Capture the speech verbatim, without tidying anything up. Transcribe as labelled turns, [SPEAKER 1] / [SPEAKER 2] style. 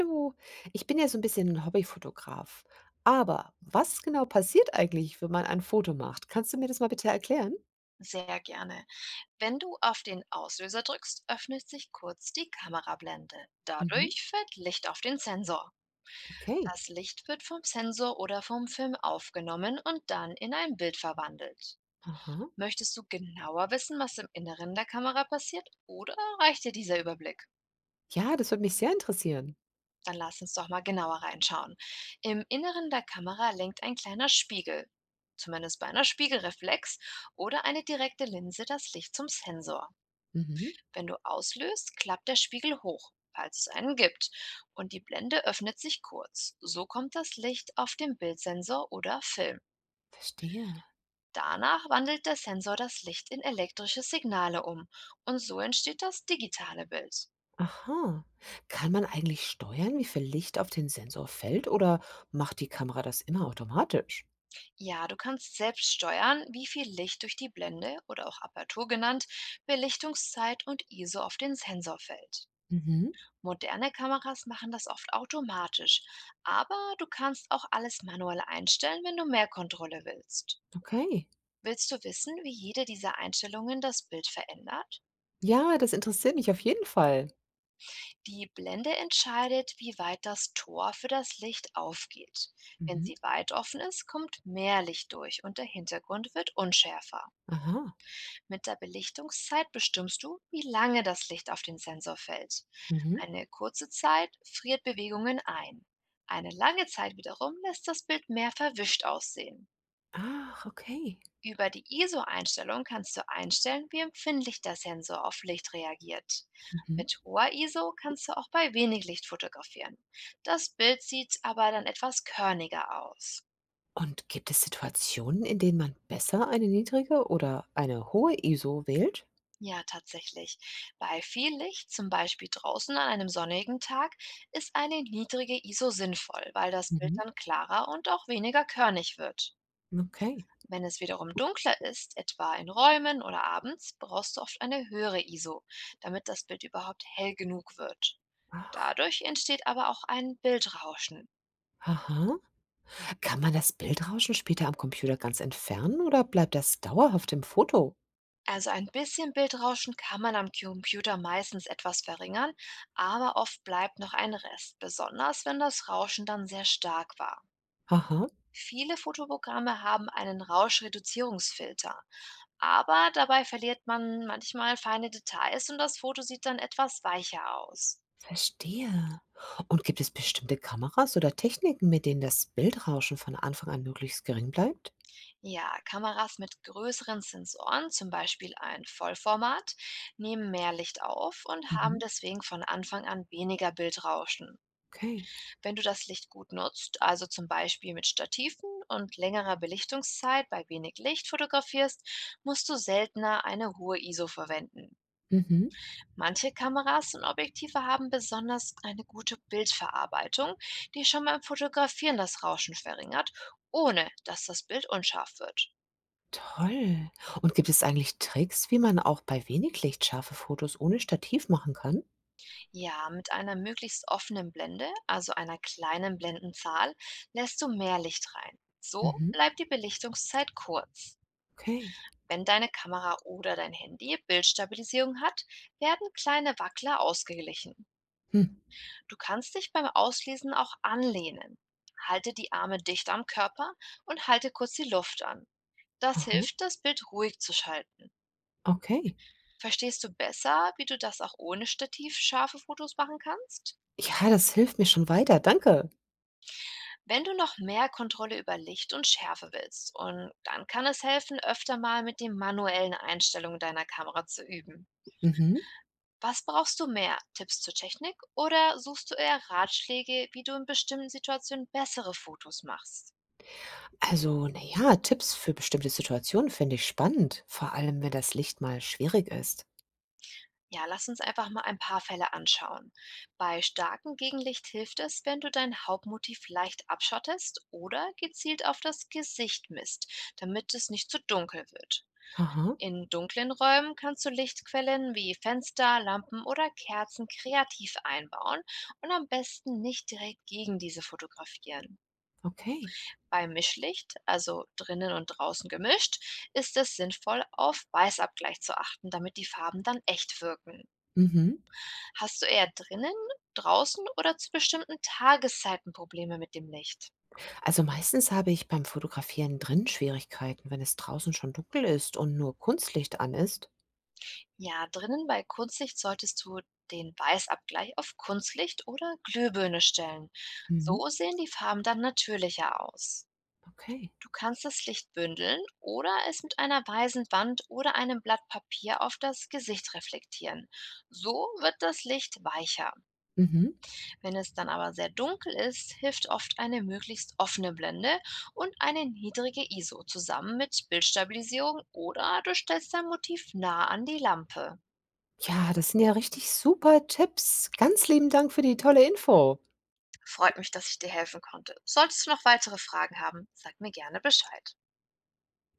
[SPEAKER 1] Hallo. Ich bin ja so ein bisschen 'n Hobbyfotograf. Aber was genau passiert eigentlich, wenn man ein Foto macht? Kannst du mir das mal bitte erklären?
[SPEAKER 2] Sehr gerne. Wenn du auf den Auslöser drückst, öffnet sich kurz die Kamerablende.
[SPEAKER 1] Mhm,
[SPEAKER 2] Dadurch fällt Licht auf den Sensor.
[SPEAKER 1] okay.
[SPEAKER 2] Das Licht wird vom Sensor oder vom Film aufgenommen und dann in ein Bild verwandelt.
[SPEAKER 1] Aha.
[SPEAKER 2] Möchtest du genauer wissen, was im Inneren der Kamera passiert, oder reicht dir dieser Überblick?
[SPEAKER 1] Ja, das würde mich sehr interessieren.
[SPEAKER 2] Dann lass uns doch mal genauer reinschauen. Im Inneren der Kamera lenkt ein kleiner Spiegel, zumindest bei einer Spiegelreflex, oder eine direkte Linse das Licht zum Sensor.
[SPEAKER 1] Mhm,
[SPEAKER 2] Wenn du auslöst, klappt der Spiegel hoch, falls es einen gibt, und die Blende öffnet sich kurz. So kommt das Licht auf den Bildsensor oder Film.
[SPEAKER 1] verstehe.
[SPEAKER 2] Danach wandelt der Sensor das Licht in elektrische Signale um und so entsteht das digitale Bild.
[SPEAKER 1] Aha. Kann man eigentlich steuern, wie viel Licht auf den Sensor fällt oder macht die Kamera das immer automatisch?
[SPEAKER 2] Ja, du kannst selbst steuern, wie viel Licht durch die Blende oder auch Apertur genannt, Belichtungszeit und I S O auf den Sensor fällt.
[SPEAKER 1] Mhm,
[SPEAKER 2] Moderne Kameras machen das oft automatisch, aber du kannst auch alles manuell einstellen, wenn du mehr Kontrolle willst.
[SPEAKER 1] okay.
[SPEAKER 2] Willst du wissen, wie jede dieser Einstellungen das Bild verändert?
[SPEAKER 1] Ja, das interessiert mich auf jeden Fall.
[SPEAKER 2] Die Blende entscheidet, wie weit das Tor für das Licht aufgeht. Wenn
[SPEAKER 1] Mhm.
[SPEAKER 2] sie weit offen ist, kommt mehr Licht durch und der Hintergrund wird unschärfer.
[SPEAKER 1] Aha.
[SPEAKER 2] Mit der Belichtungszeit bestimmst du, wie lange das Licht auf den Sensor fällt.
[SPEAKER 1] Mhm.
[SPEAKER 2] Eine kurze Zeit friert Bewegungen ein. Eine lange Zeit wiederum lässt das Bild mehr verwischt aussehen.
[SPEAKER 1] Ach, okay.
[SPEAKER 2] Über die I S O-Einstellung kannst du einstellen, wie empfindlich der Sensor auf Licht reagiert.
[SPEAKER 1] Mhm.
[SPEAKER 2] Mit hoher I S O kannst du auch bei wenig Licht fotografieren. Das Bild sieht aber dann etwas körniger aus.
[SPEAKER 1] Und gibt es Situationen, in denen man besser eine niedrige oder eine hohe I S O wählt?
[SPEAKER 2] Ja, tatsächlich. Bei viel Licht, zum Beispiel draußen an einem sonnigen Tag, ist eine niedrige I S O sinnvoll, weil das Bild
[SPEAKER 1] Mhm.
[SPEAKER 2] dann klarer und auch weniger körnig wird.
[SPEAKER 1] Okay.
[SPEAKER 2] Wenn es wiederum dunkler ist, etwa in Räumen oder abends, brauchst du oft eine höhere I S O, damit das Bild überhaupt hell genug wird.
[SPEAKER 1] Ach,
[SPEAKER 2] Dadurch entsteht aber auch ein Bildrauschen.
[SPEAKER 1] aha. Kann man das Bildrauschen später am Computer ganz entfernen oder bleibt das dauerhaft im Foto?
[SPEAKER 2] Also ein bisschen Bildrauschen kann man am Computer meistens etwas verringern, aber oft bleibt noch ein Rest, besonders wenn das Rauschen dann sehr stark war.
[SPEAKER 1] Aha,
[SPEAKER 2] Viele Fotoprogramme haben einen Rauschreduzierungsfilter, aber dabei verliert man manchmal feine Details und das Foto sieht dann etwas weicher aus.
[SPEAKER 1] verstehe. Und gibt es bestimmte Kameras oder Techniken, mit denen das Bildrauschen von Anfang an möglichst gering bleibt?
[SPEAKER 2] Ja, Kameras mit größeren Sensoren, zum Beispiel ein Vollformat, nehmen mehr Licht auf und haben
[SPEAKER 1] Mhm.
[SPEAKER 2] deswegen von Anfang an weniger Bildrauschen.
[SPEAKER 1] Okay.
[SPEAKER 2] Wenn du das Licht gut nutzt, also zum Beispiel mit Stativen und längerer Belichtungszeit bei wenig Licht fotografierst, musst du seltener eine hohe I S O verwenden.
[SPEAKER 1] Mhm.
[SPEAKER 2] Manche Kameras und Objektive haben besonders eine gute Bildverarbeitung, die schon beim Fotografieren das Rauschen verringert, ohne dass das Bild unscharf wird.
[SPEAKER 1] Toll. Und gibt es eigentlich Tricks, wie man auch bei wenig Licht scharfe Fotos ohne Stativ machen kann?
[SPEAKER 2] Ja, mit einer möglichst offenen Blende, also einer kleinen Blendenzahl, lässt du mehr Licht rein. So
[SPEAKER 1] Mhm.
[SPEAKER 2] bleibt die Belichtungszeit kurz.
[SPEAKER 1] Okay.
[SPEAKER 2] Wenn deine Kamera oder dein Handy Bildstabilisierung hat, werden kleine Wackler ausgeglichen.
[SPEAKER 1] Hm.
[SPEAKER 2] Du kannst dich beim Auslesen auch anlehnen. Halte die Arme dicht am Körper und halte kurz die Luft an. Das
[SPEAKER 1] Aha,
[SPEAKER 2] hilft, das Bild ruhig zu schalten.
[SPEAKER 1] okay.
[SPEAKER 2] Verstehst du besser, wie du das auch ohne Stativ scharfe Fotos machen kannst?
[SPEAKER 1] Ja, das hilft mir schon weiter, danke.
[SPEAKER 2] Wenn du noch mehr Kontrolle über Licht und Schärfe willst, und dann kann es helfen, öfter mal mit den manuellen Einstellungen deiner Kamera zu üben.
[SPEAKER 1] Mhm.
[SPEAKER 2] Was brauchst du mehr? Tipps zur Technik oder suchst du eher Ratschläge, wie du in bestimmten Situationen bessere Fotos machst?
[SPEAKER 1] Also, naja, Tipps für bestimmte Situationen finde ich spannend, vor allem, wenn das Licht mal schwierig ist.
[SPEAKER 2] Ja, lass uns einfach mal ein paar Fälle anschauen. Bei starkem Gegenlicht hilft es, wenn du dein Hauptmotiv leicht abschottest oder gezielt auf das Gesicht misst, damit es nicht zu dunkel wird.
[SPEAKER 1] Aha,
[SPEAKER 2] In dunklen Räumen kannst du Lichtquellen wie Fenster, Lampen oder Kerzen kreativ einbauen und am besten nicht direkt gegen diese fotografieren.
[SPEAKER 1] okay.
[SPEAKER 2] Bei Mischlicht, also drinnen und draußen gemischt, ist es sinnvoll, auf Weißabgleich zu achten, damit die Farben dann echt wirken.
[SPEAKER 1] Mhm.
[SPEAKER 2] Hast du eher drinnen, draußen oder zu bestimmten Tageszeiten Probleme mit dem Licht?
[SPEAKER 1] Also meistens habe ich beim Fotografieren drin Schwierigkeiten, wenn es draußen schon dunkel ist und nur Kunstlicht an ist.
[SPEAKER 2] Ja, drinnen bei Kunstlicht solltest du den Weißabgleich auf Kunstlicht oder Glühbirne stellen.
[SPEAKER 1] Mhm.
[SPEAKER 2] So sehen die Farben dann natürlicher aus.
[SPEAKER 1] Okay.
[SPEAKER 2] Du kannst das Licht bündeln oder es mit einer weißen Wand oder einem Blatt Papier auf das Gesicht reflektieren. So wird das Licht weicher.
[SPEAKER 1] Mhm.
[SPEAKER 2] Wenn es dann aber sehr dunkel ist, hilft oft eine möglichst offene Blende und eine niedrige I S O zusammen mit Bildstabilisierung oder du stellst dein Motiv nah an die Lampe.
[SPEAKER 1] Ja, das sind ja richtig super Tipps. Ganz lieben Dank für die tolle Info.
[SPEAKER 2] Freut mich, dass ich dir helfen konnte. Solltest du noch weitere Fragen haben, sag mir gerne Bescheid.